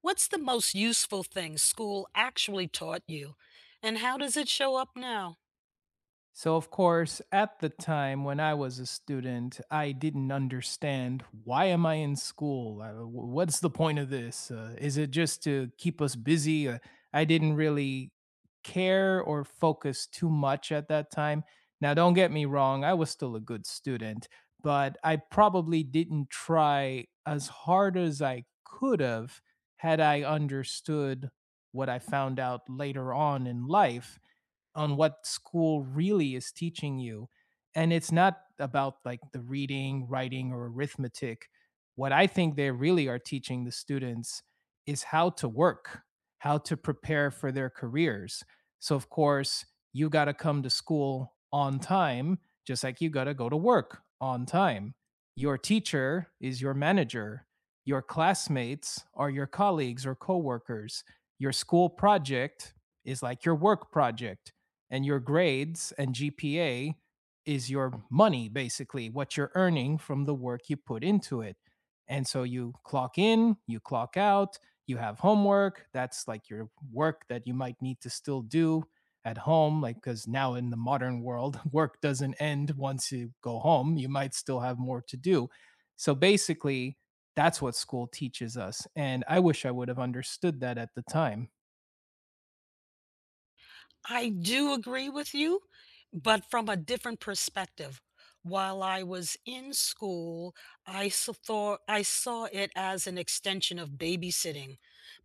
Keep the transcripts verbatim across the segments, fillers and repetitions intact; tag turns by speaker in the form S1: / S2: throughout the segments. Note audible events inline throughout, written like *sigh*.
S1: What's the most useful thing school actually taught you, and how does it show up now?
S2: So, of course, at the time when I was a student, I didn't understand why am I in school? Uh, wh- What's the point of this? Uh, is it just to keep us busy? Uh, I didn't really care or focus too much at that time. Now, don't get me wrong, I was still a good student, but I probably didn't try as hard as I could have had I understood what I found out later on in life on what school really is teaching you. And it's not about like the reading, writing, or arithmetic. What I think they really are teaching the students is how to work, how to prepare for their careers. So, of course, you got to come to school on time, just like you got to go to work on time. Your teacher is your manager. Your classmates are your colleagues or coworkers. Your school project is like your work project and your grades and G P A is your money, basically, what you're earning from the work you put into it. And so you clock in, you clock out, you have homework. That's like your work that you might need to still do at home. Like, because now in the modern world, *laughs* work doesn't end once you go home, you might still have more to do. So basically, that's what school teaches us. And I wish I would have understood that at the time.
S1: I do agree with you, but from a different perspective. While I was in school, I s- thought I saw it as an extension of babysitting,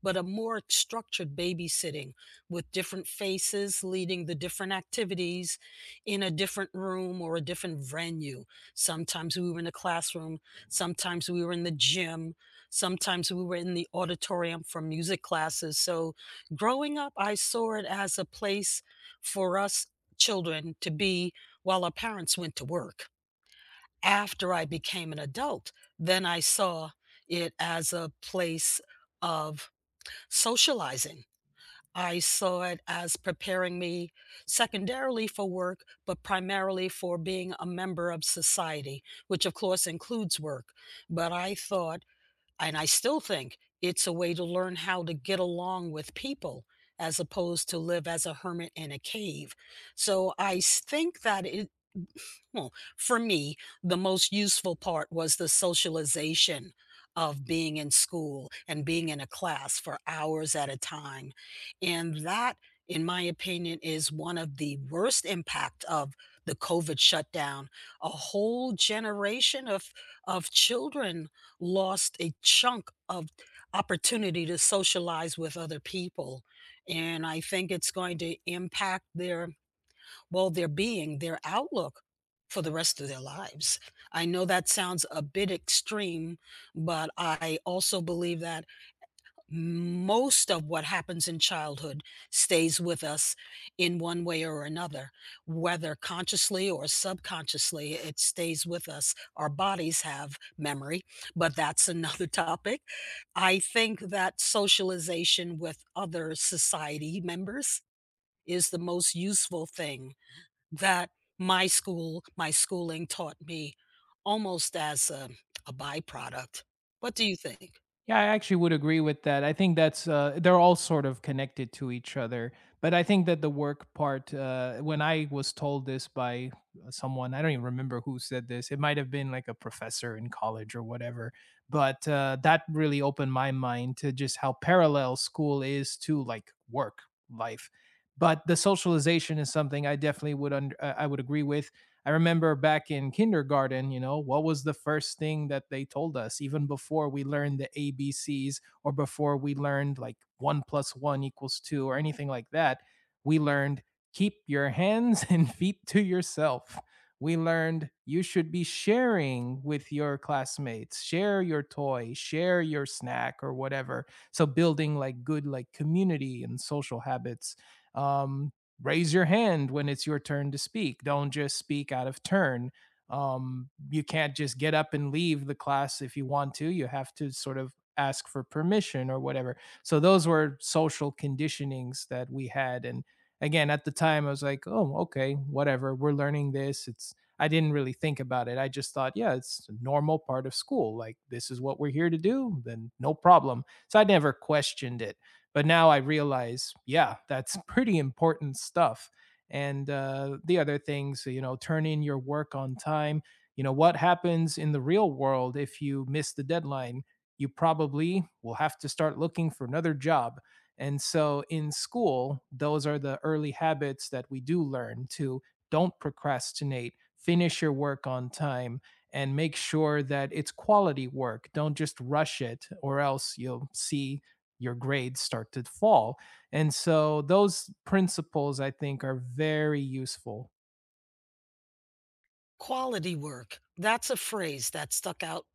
S1: but a more structured babysitting with different faces leading the different activities in a different room or a different venue. Sometimes we were in a classroom, sometimes we were in the gym, sometimes we were in the auditorium for music classes. So growing up, I saw it as a place for us children to be while our parents went to work. After I became an adult, then I saw it as a place of socializing. I saw it as preparing me secondarily for work, but primarily for being a member of society, which of course includes work. But I thought and I still think it's a way to learn how to get along with people as opposed to live as a hermit in a cave. So I s- think that it, well, for me, the most useful part was the socialization of being in school and being in a class for hours at a time. And that, in my opinion, is one of the worst impact of the COVID shutdown. A whole generation of, of children lost a chunk of opportunity to socialize with other people. And I think it's going to impact their well, their being, their outlook for the rest of their lives. I know that sounds a bit extreme, but I also believe that most of what happens in childhood stays with us in one way or another, whether consciously or subconsciously, it stays with us. Our bodies have memory, but that's *laughs* another topic. I think that socialization with other society members is the most useful thing that my school my schooling taught me almost as a a byproduct. What do you think?
S2: Yeah, I actually would agree with that. I think that's uh, they're all sort of connected to each other. But I think that the work part, uh, when I was told this by someone, I don't even remember who said this. It might have been like a professor in college or whatever. But uh, that really opened my mind to just how parallel school is to like work life. But the socialization is something I definitely would under, uh, I would agree with. I remember back in kindergarten, you know, what was the first thing that they told us, even before we learned the A B Cs or before we learned like one plus one equals two or anything like that? We learned keep your hands *laughs* and feet to yourself. We learned you should be sharing with your classmates, share your toy, share your snack or whatever. So building like good like community and social habits. Um, raise your hand when it's your turn to speak. Don't just speak out of turn. Um, you can't just get up and leave the class if you want to. You have to sort of ask for permission or whatever. So those were social conditionings that we had. And again, at the time, I was like, oh, okay, whatever. We're learning this. It's I didn't really think about it. I just thought, yeah, it's a normal part of school. Like this is what we're here to do. Then no problem. So I never questioned it. But now I realize, yeah, that's *laughs* pretty important stuff. And uh, the other things, you know, turn in your work on time. You know, what happens in the real world if you miss the deadline? You probably will have to start looking for another job. And so in school, those are the early habits that we do learn to don't procrastinate, finish your work on time, and make sure that it's quality work. Don't just rush it, or else you'll see your grades start to fall. And so those principles, I think, are very useful.
S1: Quality work, that's a phrase that stuck out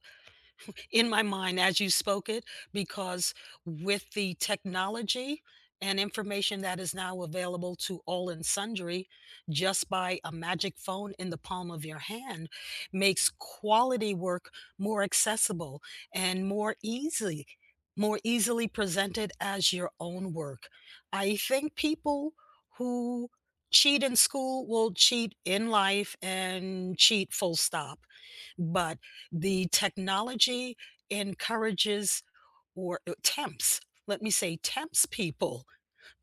S1: in my mind as you spoke it because with the technology and information that is now available to all and sundry just by a magic phone in the palm of your hand makes quality work more accessible and more easy more easily presented as your own work. I think people who cheat in school will cheat in life and cheat full stop. But the technology encourages or uh, tempts, let me say, tempts people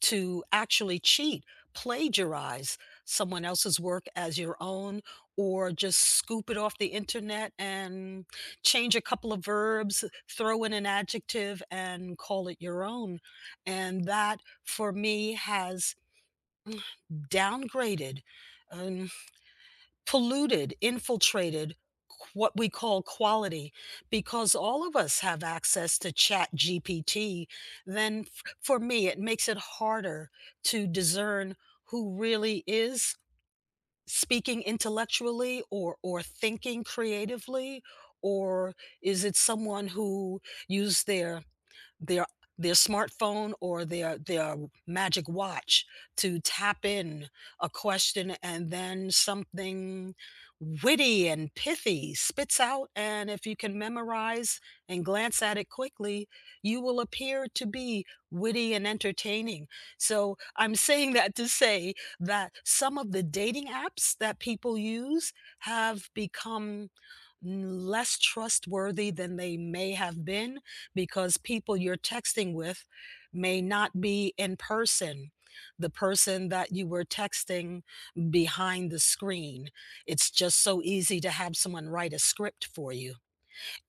S1: to actually cheat, plagiarize someone else's work as your own, or just scoop it off the internet and change a couple of verbs, throw in an adjective, and call it your own. And that, for me, has downgraded, um, polluted, infiltrated qu- what we call quality. Because all of us have access to chat gpt then f- for me it makes it harder to discern who really is speaking intellectually or or thinking creatively, or is it someone who used their their their smartphone or their their magic watch to tap in a question and then something witty and pithy spits out, and if you can memorize and glance at it quickly you will appear to be witty and entertaining. So I'm saying that to say that some of the dating apps that people use have become n- less trustworthy than they may have been because people you're texting with may not be in person. The person that you were texting behind the screen. It's just so easy to have someone write a script for you.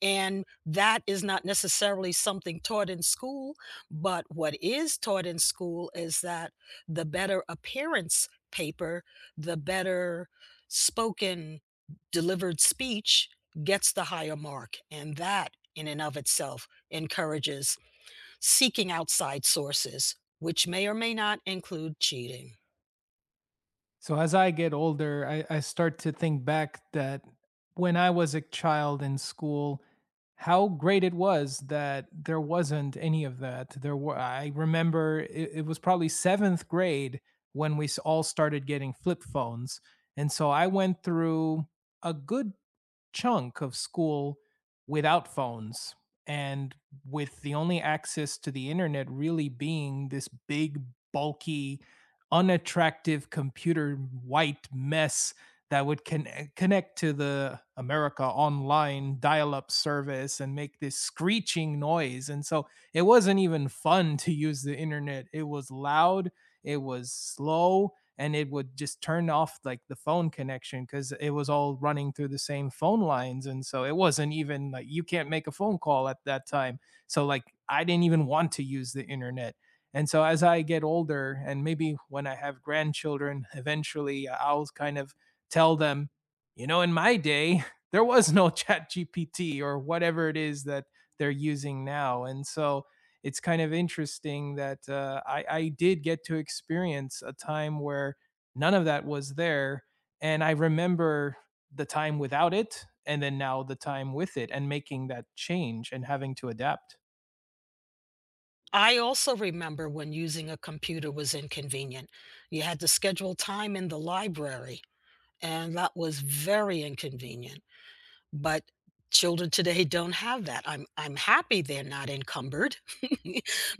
S1: And that is not necessarily something taught in school, but what is taught in school is that the better appearance paper, the better spoken delivered speech gets the higher mark. And that, in and of itself, encourages seeking outside sources, which may or may not include cheating.
S2: So as I get older, I, I start to think back that when I was a child in school, how great it was that there wasn't any of that. There were, I remember it, it was probably seventh grade when we s- all started getting flip phones. And so I went through a good chunk of school without phones and with the only access to the internet really being this big, bulky, unattractive computer white mess that would connect, connect to the America Online dial up service and make this screeching noise. And so it wasn't even fun to use the internet. It was loud, it was slow, and it would just turn off like the phone connection because it was all running through the same phone lines, and so it wasn't even like you can't make a phone call at that time. So like I didn't even want to use the internet. And so as I get older and maybe when I have grandchildren *laughs* eventually I'll kind of tell them, you know, in my day *laughs* there was no *laughs* chat gpt or whatever it is that they're using now. And so it's kind of interesting that uh, I, I did get to experience a time where none of that was there. And I remember the time without it, and then now the time with it, and making that change and having to adapt.
S1: I also remember when using a computer was inconvenient. You had to schedule time in the library, and that was very inconvenient. But children today don't have that. I'm I'm happy they're not encumbered, *laughs*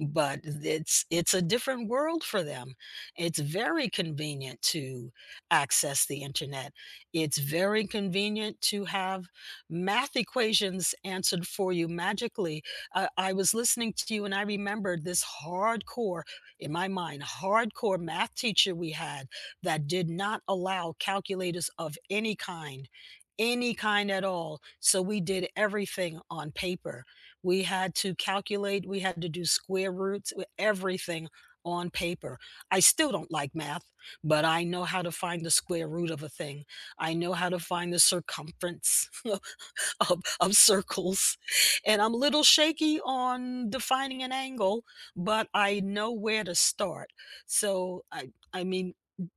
S1: but it's it's a different world for them. It's very convenient to access the internet. It's very convenient to have math equations answered for you magically. Uh, I was listening to you and I remembered this hardcore in my mind hardcore math teacher we had that did not allow calculators of any kind, any kind at all. So we did everything on paper. We had to calculate, we had to do square roots, everything on paper. I still don't like math, but I know how to find the square root of a thing. I know how to find the circumference *laughs* *laughs* of, of circles. And I'm a little shaky on defining an angle, but I know where to start. So I, I mean,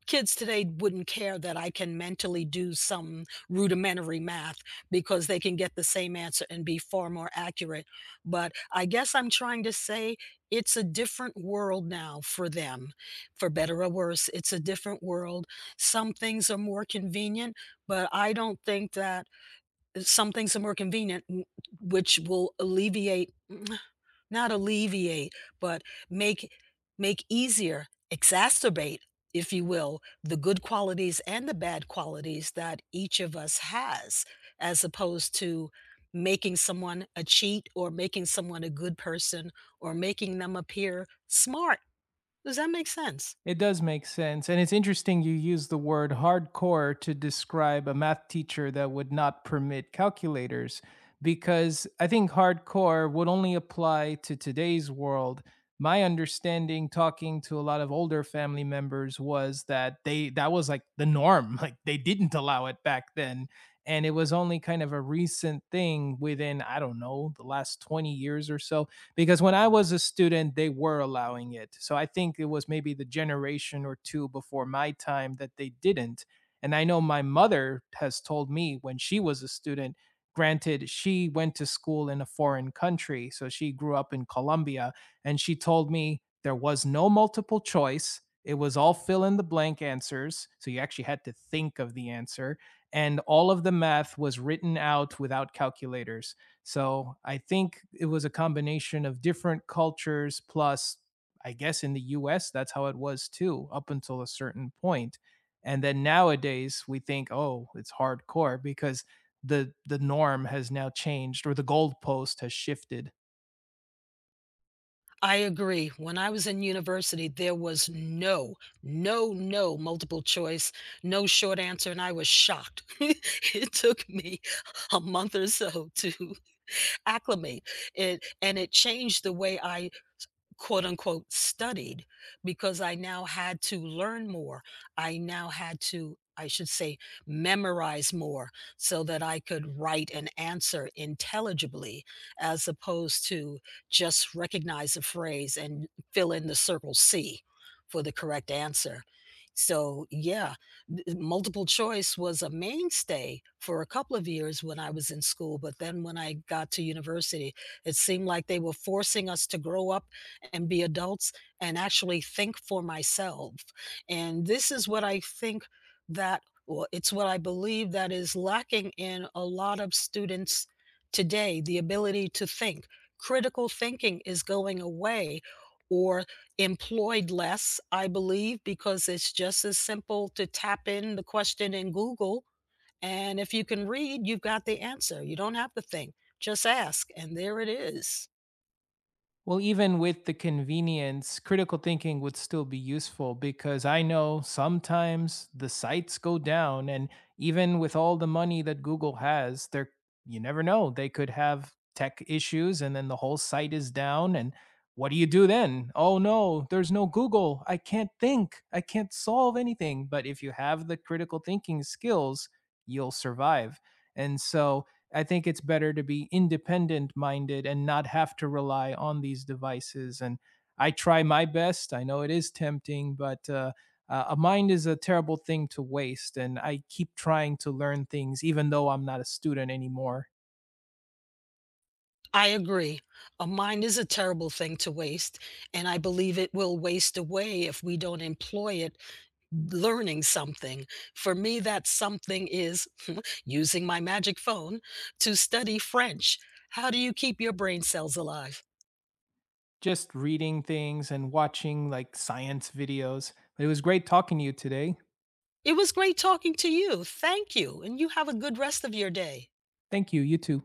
S1: kids today wouldn't care that I can mentally do some rudimentary math because they can get the same answer and be far more accurate. But I guess I'm trying to say it's a different world now for them, for better or worse. It's a different world. Some things are more convenient, but I don't think that some things are more convenient, n which will alleviate mm, not alleviate, but make make easier, exacerbate, if you will, the good qualities and the bad qualities that each of us has, as opposed to making someone a cheat or making someone a good person or making them appear smart. Does that make sense?
S2: It does make sense. And it's interesting you use the word hardcore to describe a math teacher that would not permit calculators, because I think hardcore would only apply to today's world. My understanding talking to a lot of older family members was that they that was like the norm. *laughs* Like they didn't allow it back then. And it was only kind of a recent thing within, I don't know, the last twenty years or so because when I was a student, they were allowing it. So I think it was maybe the generation or two before my time that they didn't. And I know my mother has told me when she was a student, granted, she went to school in a foreign country. So she grew up in Colombia. And she told me there was no multiple choice. It was all fill in the blank answers. So you actually had to think of the answer. And all of the math was written out without calculators. So I think it was a combination of different cultures plus I guess in the U S that's how it was too up until a certain point. And then nowadays we think oh it's hardcore because the the norm has now changed or the goalpost has shifted.
S1: I agree. When I was in university, there was no, no, no multiple choice, no short answer, and I was shocked. *laughs* It took me a month or so to *laughs* acclimate it, and it changed the way I quote unquote studied because I now had to learn more. I now had to, I should say, memorize more so that I could write an answer intelligibly as opposed to just recognize a phrase and fill in the circle C for the correct answer. So, yeah, th- multiple choice was a mainstay for a couple of years when I was in school. But then when I got to university, it seemed like they were forcing us to grow up and be adults and actually think for myself. And this is what I think that, or it's what I believe that is lacking in a lot of students today, the ability to think. Critical thinking is going away or employed less, I believe, because it's just as simple to tap in the question in Google. And if you can read, you've got the answer. You don't have to think, just ask. And there it is.
S2: Well, even with the convenience, critical thinking would still be useful because I know sometimes the sites go down and even with all the money that Google has, there you never know. They could have tech issues and then the whole site is down and what do you do then? Oh no, there's no Google. I can't think. I can't solve anything. But if you have the critical thinking skills, you'll survive. And so I think it's better to be independent minded and not have to rely on these devices. And I try my best. I know it is tempting, but uh, uh, a mind is a terrible thing to waste. And I keep trying to learn things, even though I'm not a student anymore.
S1: I agree. A mind is a terrible thing to waste, and I believe it will waste away if we don't employ it learning something. For me, that something is *laughs* using my magic phone to study French. How do you keep your brain cells alive?
S2: Just reading things and watching like science videos. It was great talking to you today.
S1: It was great talking to you. Thank you, and you have a good rest of your day.
S2: Thank you. You too.